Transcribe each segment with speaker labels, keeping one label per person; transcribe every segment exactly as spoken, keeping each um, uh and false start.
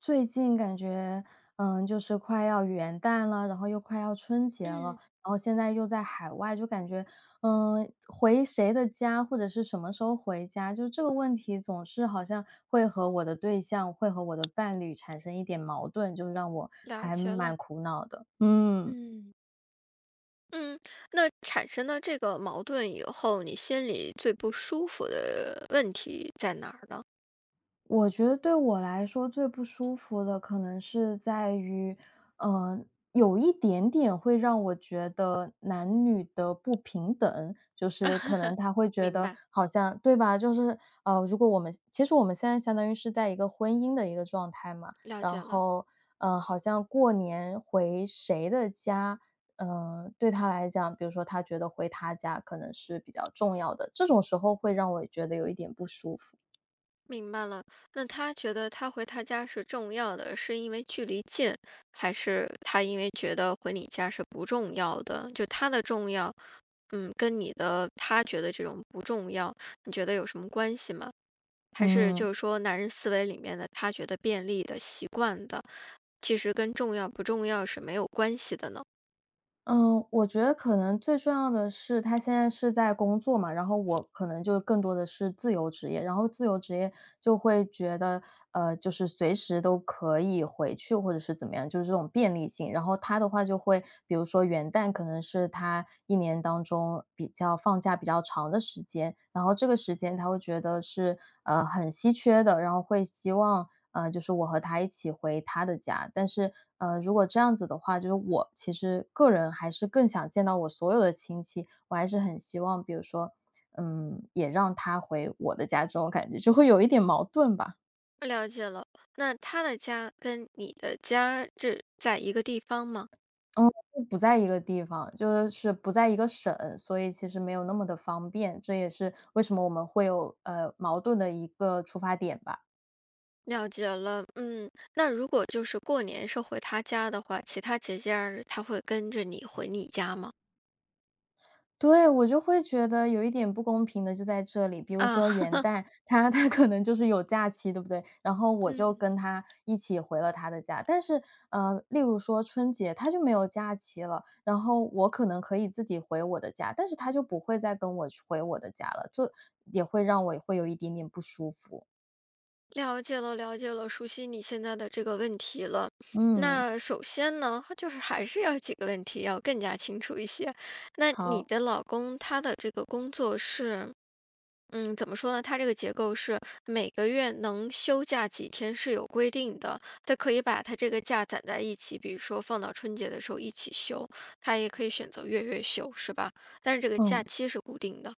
Speaker 1: 最近感觉，嗯，就是快要元旦了，然后又快要春节了，
Speaker 2: 嗯，
Speaker 1: 然后现在又在海外，就感觉，嗯，回谁的家或者是什么时候回家，就这个问题总是好像会和我的对象，会和我的伴侣产生一点矛盾，就让我
Speaker 2: 了
Speaker 1: 还
Speaker 2: 解了。
Speaker 1: 蛮苦恼的。嗯。
Speaker 2: 嗯嗯，那产生了这个矛盾以后，你心里最不舒服的问题在哪儿呢？
Speaker 1: 我觉得对我来说最不舒服的可能是在于，呃，有一点点会让我觉得男女的不平等，就是可能 他会觉
Speaker 2: 明
Speaker 1: 得
Speaker 2: 白，
Speaker 1: 好像对吧？就是呃，如果我们其实我们现在相当于是在一个婚姻的一个状态嘛，
Speaker 2: 了
Speaker 1: 然
Speaker 2: 解了，
Speaker 1: 后呃，好像过年回谁的家，呃，对他来讲，比如说他觉得回他家可能是比较重要的，这种时候会让我觉得有一点不舒服。
Speaker 2: 明白了。那他觉得他回他家是重要的，是因为距离近，还是他因为觉得回你家是不重要的？就他的重要，嗯，跟你的他觉得这种不重要，你觉得有什么关系吗？还是
Speaker 1: 嗯，
Speaker 2: 就是说男人思维里面的他觉得便利的、习惯的，其实跟重要不重要是没有关系的呢？
Speaker 1: 嗯，我觉得可能最重要的是他现在是在工作嘛，然后我可能就更多的是自由职业，然后自由职业就会觉得，呃，就是随时都可以回去或者是怎么样，就是这种便利性。然后他的话就会，比如说元旦可能是他一年当中比较放假比较长的时间，然后这个时间他会觉得是呃很稀缺的，然后会希望。呃，就是我和他一起回他的家。但是，呃，如果这样子的话，就是我其实个人还是更想见到我所有的亲戚，我还是很希望，比如说，嗯，也让他回我的家，这种感觉就会有一点矛盾吧。
Speaker 2: 了解了，那他的家跟你的家是在一个地方吗？
Speaker 1: 嗯，不在一个地方，就是不在一个省，所以其实没有那么的方便，这也是为什么我们会有呃矛盾的一个出发点吧。
Speaker 2: 了解了，嗯，那如果就是过年是回他家的话，其他节假日他会跟着你回你家吗？
Speaker 1: 对，我就会觉得有一点不公平的就在这里。比如
Speaker 2: 啊，
Speaker 1: 说元 旦，他 他可能就是有假期，对不对？然后我就
Speaker 2: 嗯，
Speaker 1: 跟他一起回了他的家。但是，呃，例如说春节，他就没有假期了，然后我可能可以自己回我的家，但是他就不会再跟我去回我的家了，就也会让我会有一点点不舒服。
Speaker 2: 了解了，了解了，熟悉你现在的这个问题了。
Speaker 1: 嗯，
Speaker 2: 那首先呢，就是还是要几个问题要更加清楚一些。那你
Speaker 1: 好，
Speaker 2: 的老公他的这个工作是，嗯，怎么说呢？他这个结构是每个月能休假几天是有规定的，他可以把他这个假攒在一起，比如说放到春节的时候一起休，他也可以选择月月休，是吧？但是这个假
Speaker 1: 嗯。
Speaker 2: 期是固定的。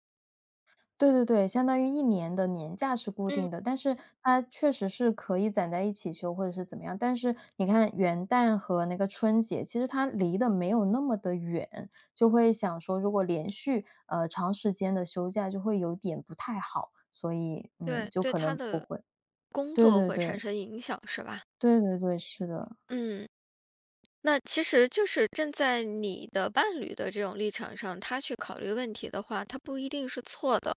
Speaker 1: 对对对，相当于一年的年假是固定
Speaker 2: 嗯，
Speaker 1: 的，但是它确实是可以攒在一起休或者是怎么样。但是你看元旦和那个春节，其实它离得没有那么的远，就会想说如果连续，呃，长时间的休假就会有点不太好，所以，嗯，
Speaker 2: 对，
Speaker 1: 就
Speaker 2: 对
Speaker 1: 可
Speaker 2: 他
Speaker 1: 能不
Speaker 2: 的
Speaker 1: 会。
Speaker 2: 工
Speaker 1: 对
Speaker 2: 作
Speaker 1: 对
Speaker 2: 会产
Speaker 1: 对，
Speaker 2: 生影响，是吧？
Speaker 1: 对对对，是的，
Speaker 2: 嗯。那其实就是站在你的伴侣的这种立场上，他去考虑问题的话，他不一定是错的。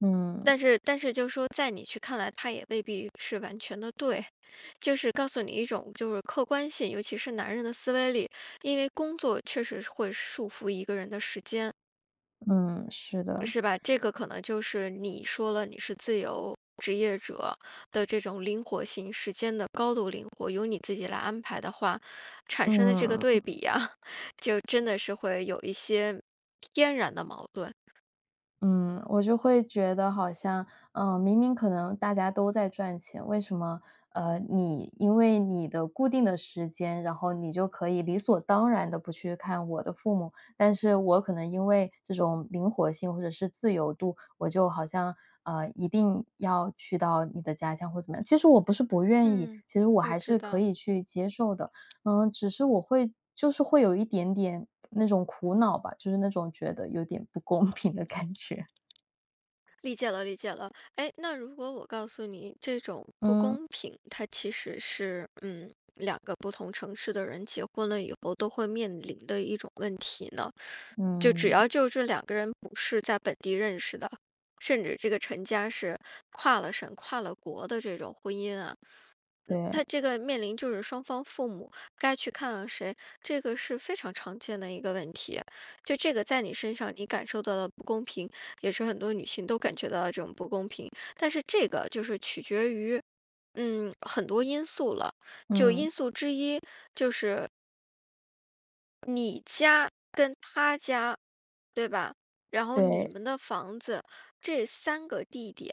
Speaker 1: 嗯，
Speaker 2: 但是，但是就说在你去看来，他也未必是完全的对，就是告诉你一种就是客观性，尤其是男人的思维里，因为工作确实是会束缚一个人的时间，
Speaker 1: 嗯，是的，
Speaker 2: 是吧？这个可能就是你说了你是自由职业者的这种灵活性，时间的高度灵活，由你自己来安排的话，产生的这个对
Speaker 1: 嗯。
Speaker 2: 比呀，就真的是会有一些天然的矛盾。
Speaker 1: 嗯，我就会觉得好像，嗯，明明可能大家都在赚钱，为什么，呃，你因为你的固定的时间，然后你就可以理所当然的不去看我的父母，但是我可能因为这种灵活性或者是自由度，我就好像，呃，一定要去到你的家乡或怎么样。其实我不是不愿意，
Speaker 2: 嗯，
Speaker 1: 其实我
Speaker 2: 我
Speaker 1: 还
Speaker 2: 知
Speaker 1: 是可
Speaker 2: 道。
Speaker 1: 以去接受的，嗯，只是我会就是会有一点点那种苦恼吧，就是那种觉得有点不公平的感觉。
Speaker 2: 理解了，理解了。哎，那如果我告诉你这种不
Speaker 1: 嗯，
Speaker 2: 公平，它其实是嗯，两个不同城市的人结婚了以后都会面临的一种问题呢？就只
Speaker 1: 嗯，
Speaker 2: 要就这两个人不是在本地认识的，甚至这个成家是跨了省、跨了国的这种婚姻啊，嗯，
Speaker 1: 对，
Speaker 2: 他这个面临就是双方父母该去看看谁，这个是非常常见的一个问题。就这个在你身上，你感受到了不公平。也是很多女性都感觉到这种不公平。但是这个就是取决于，嗯，很多因素了，就
Speaker 1: 嗯，
Speaker 2: 因素之一，对吧？然后你
Speaker 1: 对，
Speaker 2: 们的房子这三个地点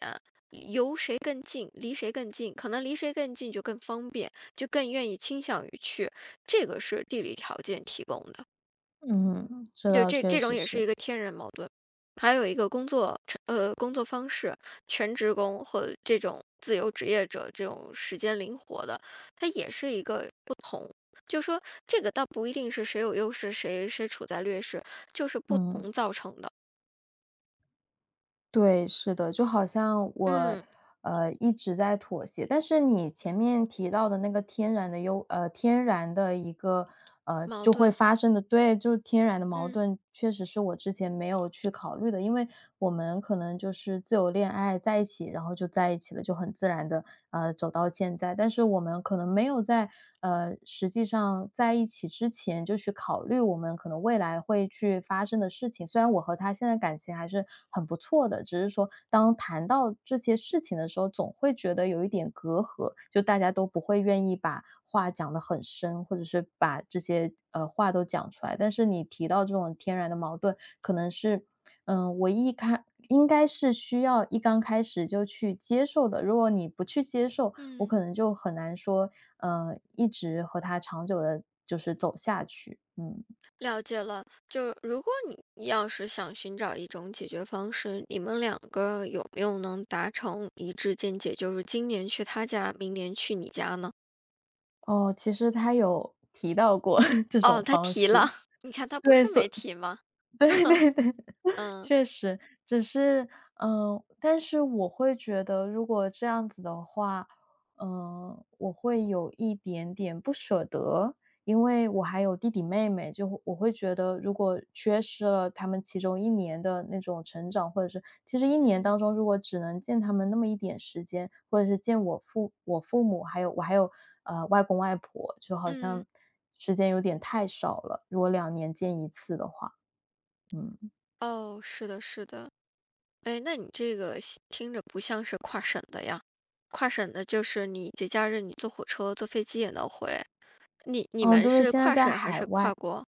Speaker 2: 由谁更近，离谁更近，可能离谁更近就更方便，就更愿意倾向于去，这个是地理条件提供的。
Speaker 1: 嗯，这
Speaker 2: 就
Speaker 1: 倒
Speaker 2: 这
Speaker 1: 确
Speaker 2: 这种
Speaker 1: 实
Speaker 2: 也是
Speaker 1: 是，
Speaker 2: 一个天然矛盾。还有一个工作成呃，工作方式，全职工或这种自由职业者，这种时间灵活的，它也是一个就说这个倒不一定是谁有优势，谁谁处在劣势，就是不
Speaker 1: 嗯。
Speaker 2: 同造成的。
Speaker 1: 对，是的，就好像我，
Speaker 2: 嗯，
Speaker 1: 呃，一直在妥协。但是你前面提到的那个天然的优呃，天然的一个，呃，
Speaker 2: 矛
Speaker 1: 就会
Speaker 2: 盾，
Speaker 1: 发生的对，就是天然的矛
Speaker 2: 嗯
Speaker 1: 盾，确实是我之前没有去考虑的。因为我们可能就是自由恋爱在一起，然后就在一起了，就很自然的，呃，走到现在。但是我们可能没有在在呃实际上在一起之前就去考虑我们可能未来会去发生的事情。虽然我和他现在感情还是很不错的，只是说当谈到这些事情的时候，总会觉得有一点隔阂，就大家都不会愿意把话讲得很深，或者是把这些呃话都讲出来。但是你提到这种天然的矛盾，可能是。嗯，我一开应该是需要一刚开始就去接受的。如果你不去接受，我
Speaker 2: 嗯，
Speaker 1: 可能就很难说呃，一直和他长久的，就是走下去，嗯。
Speaker 2: 了解了。就如果你要是想寻找一种解决方式，你们两个有没有能达成一致见解，就是今年去他家，明年去你家呢？
Speaker 1: 哦，其实他有提到过 这种
Speaker 2: 哦，他
Speaker 1: 方
Speaker 2: 提了，
Speaker 1: 式。
Speaker 2: 你看他不
Speaker 1: 对，
Speaker 2: 是
Speaker 1: 所
Speaker 2: 没提吗？
Speaker 1: 对对对，
Speaker 2: 嗯。
Speaker 1: 确实。只是，嗯，但是我会觉得如果这样子的话，嗯，我会有一点点不舍得，因为我还有弟弟妹妹，就会我会觉得如果缺失了他们其中一年的那种成长，或者是其实一年当
Speaker 2: 嗯。
Speaker 1: 中如果只能见他们那么一点时间，或者是见我父我父母，还有我还有，呃，外公外婆，就好
Speaker 2: 嗯，
Speaker 1: 像时间有点太少了，如果两年见一次的话。嗯，
Speaker 2: 哦，是的是的。哎，那你这个西听着不像是跨省的呀，跨省的就是你节假日你坐火车、坐飞机也能回，你你
Speaker 1: 哦，
Speaker 2: 们
Speaker 1: 对，
Speaker 2: 是
Speaker 1: 现在
Speaker 2: 跨
Speaker 1: 在
Speaker 2: 省还
Speaker 1: 海
Speaker 2: 是跨
Speaker 1: 外，
Speaker 2: 国？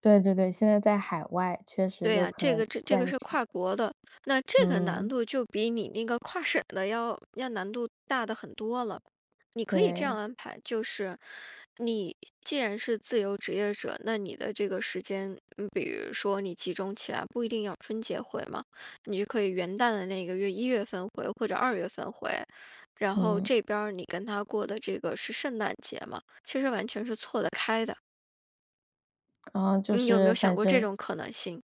Speaker 1: 对对对，现在在海外，确实
Speaker 2: 对
Speaker 1: 就
Speaker 2: 呀，
Speaker 1: 可
Speaker 2: 这个
Speaker 1: 能
Speaker 2: 这这个
Speaker 1: 暂
Speaker 2: 是
Speaker 1: 时
Speaker 2: 跨国的，那这个难
Speaker 1: 嗯，
Speaker 2: 度就比你那个跨省的要要难度大的很多了。你可以这
Speaker 1: 对，
Speaker 2: 样安排，就是你既然是自由职业者，那你的这个时间，嗯比如说你集中起来，不一定要春节回嘛，你就可以元旦的那个月一月份回或者二月份回，然后
Speaker 1: 嗯，
Speaker 2: 这边儿你跟他过的这个是圣诞节嘛，其实完全是错得开的。
Speaker 1: 然后就
Speaker 2: 你有没
Speaker 1: 是
Speaker 2: 有想
Speaker 1: 反
Speaker 2: 过这
Speaker 1: 正
Speaker 2: 种可能性？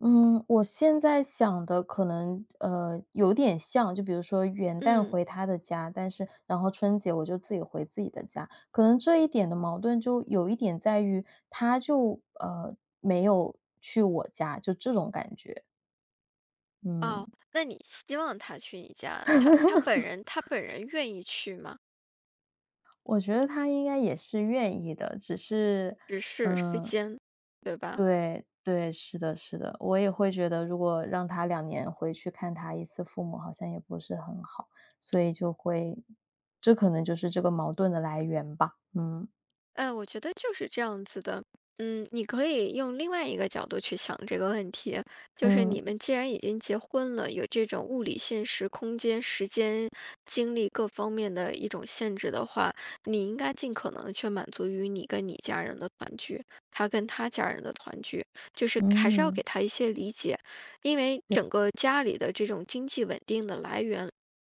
Speaker 1: 嗯，我现在想的可能，呃，有点像，就比如说元旦
Speaker 2: 嗯。
Speaker 1: 回他的家，但是然后春节我就自己回自己的家，可能这一点的矛盾就有一点在于，他就，呃，没有去我家，就这种感觉，嗯。
Speaker 2: 哦，那你希望他去你家，他他本人他本人愿意去吗？
Speaker 1: 我觉得他应该也是愿意的，只是，
Speaker 2: 只是时
Speaker 1: 嗯，
Speaker 2: 间，对吧？
Speaker 1: 对对，是的，是的，我也会觉得，如果让他两年回去看他一次父母，好像也不是很好，所以就会，这可能就是这个矛盾的来源吧。嗯
Speaker 2: 哎，我觉得就是这样子的。嗯，你可以用另外一个角度去想这个问题，就是
Speaker 1: 嗯
Speaker 2: 你们既然已经结婚了，有这种物理、现实、空间、时间、精力各方面的一种限制的话，你应该尽可能的去满足于你跟你家人的团聚，他跟他家人的团聚，就是还是要
Speaker 1: 嗯
Speaker 2: 给他一些理解，因为整个家里的这种经济稳定的来源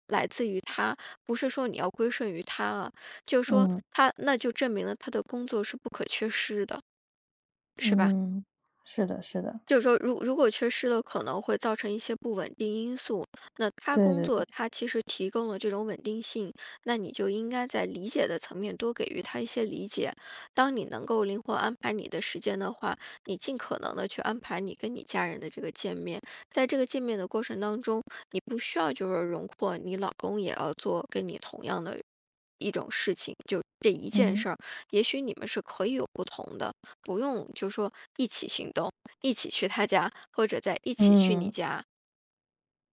Speaker 2: 来自于他，不是说你要归顺于他啊。就说
Speaker 1: 嗯
Speaker 2: 他那就证明了他的工作是不可缺失的，是吧？
Speaker 1: 嗯，嗯是的，是的，
Speaker 2: 就是说，如如果缺失了，可能会造成一些不稳定因素。那他
Speaker 1: 对
Speaker 2: 工
Speaker 1: 对对，
Speaker 2: 作，他其实提供了这种稳定性，那你就应该在理解的层面多给予他一些理解。当你能够灵活安排你的时间的话，你尽可能的去安排你跟你家人的这个见面。在这个见面的过程当中，你不需要就是荣获你老公也要做跟你同样的一种事情，就这一件
Speaker 1: 嗯
Speaker 2: 事儿，也许你们是可以有不同的，不用就说一起行动。一起去他家，或者再一起去你
Speaker 1: 嗯。
Speaker 2: 家。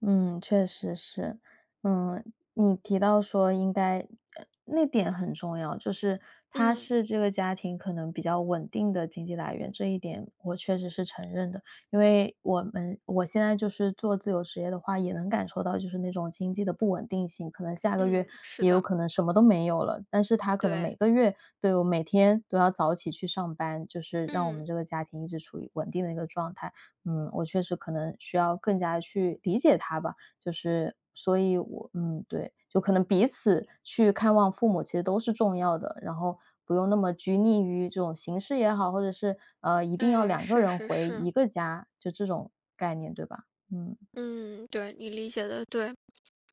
Speaker 1: 嗯，确实是。嗯，你提到说应该呃那点很重要，就是他
Speaker 2: 嗯
Speaker 1: 是这个家庭可能比较稳定的经济来源，这一点我确实是承认的。因为我们我现在就是做自由职业的话，也能感受到就是那种经济的不稳定性，可能下个月
Speaker 2: 嗯，是
Speaker 1: 也有
Speaker 2: 的，
Speaker 1: 可能什么都没有了，但是他可能每
Speaker 2: 对，
Speaker 1: 个月都有每天都要早起去上班，就是让我们
Speaker 2: 嗯，
Speaker 1: 这个家庭一直处于稳定的一个状态。嗯，我确实可能需要更加去理解他吧，就是所以我嗯，对，就可能彼此去看望父母其实都是重要的，然后不用那么拘泥于这种形式也好，或者是呃一定要
Speaker 2: 哎，
Speaker 1: 两个
Speaker 2: 是
Speaker 1: 人
Speaker 2: 是
Speaker 1: 回
Speaker 2: 是，
Speaker 1: 一个家，就这种概念，对吧？嗯，
Speaker 2: 嗯，对你理解的对。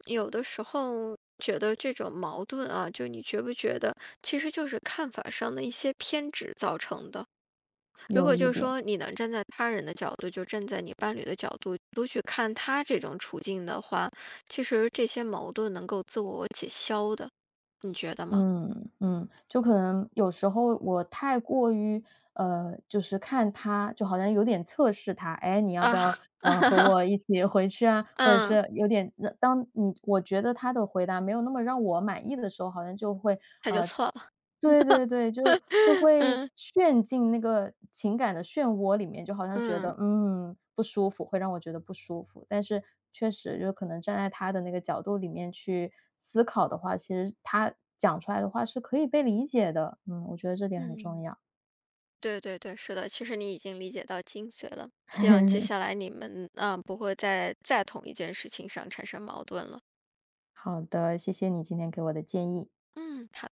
Speaker 2: 有的时候觉得这种矛盾啊，就你觉不觉得，其实就是看法上的一些偏执造成的。如
Speaker 1: 有
Speaker 2: 果
Speaker 1: 一
Speaker 2: 就是
Speaker 1: 点。
Speaker 2: 说你能站在他人的角度，就站在你伴侣的角度，多去看他这种处境的话，其实这些矛盾能够自我解消的，你觉得吗？
Speaker 1: 嗯嗯，就可能有时候我太过于呃，就是看他，就好像有点测试他，哎，你要不
Speaker 2: 啊，
Speaker 1: 要呃和我一起回去啊？或者
Speaker 2: 嗯。
Speaker 1: 是有点，那当你我觉得他的回答没有那么让我满意的时候，好像就会
Speaker 2: 他就
Speaker 1: 呃
Speaker 2: 错了。
Speaker 1: 对对对，就就 会
Speaker 2: 嗯
Speaker 1: 陷进那个情感的漩涡里面，就好像觉
Speaker 2: 嗯。
Speaker 1: 得，嗯，不舒服，会让我觉得不舒服。但是确实就可能站在他的那个角度里面去思考的话，其实他讲出来的话是可以被理解的。嗯，我觉得这点很重
Speaker 2: 嗯。
Speaker 1: 要。
Speaker 2: 对对对，是的，其实你已经理解到精髓了。希望接下 来你们啊，呃，不会在再同一件事情上产生矛盾了。
Speaker 1: 好的，谢谢你今天给我的建议。
Speaker 2: 嗯，好。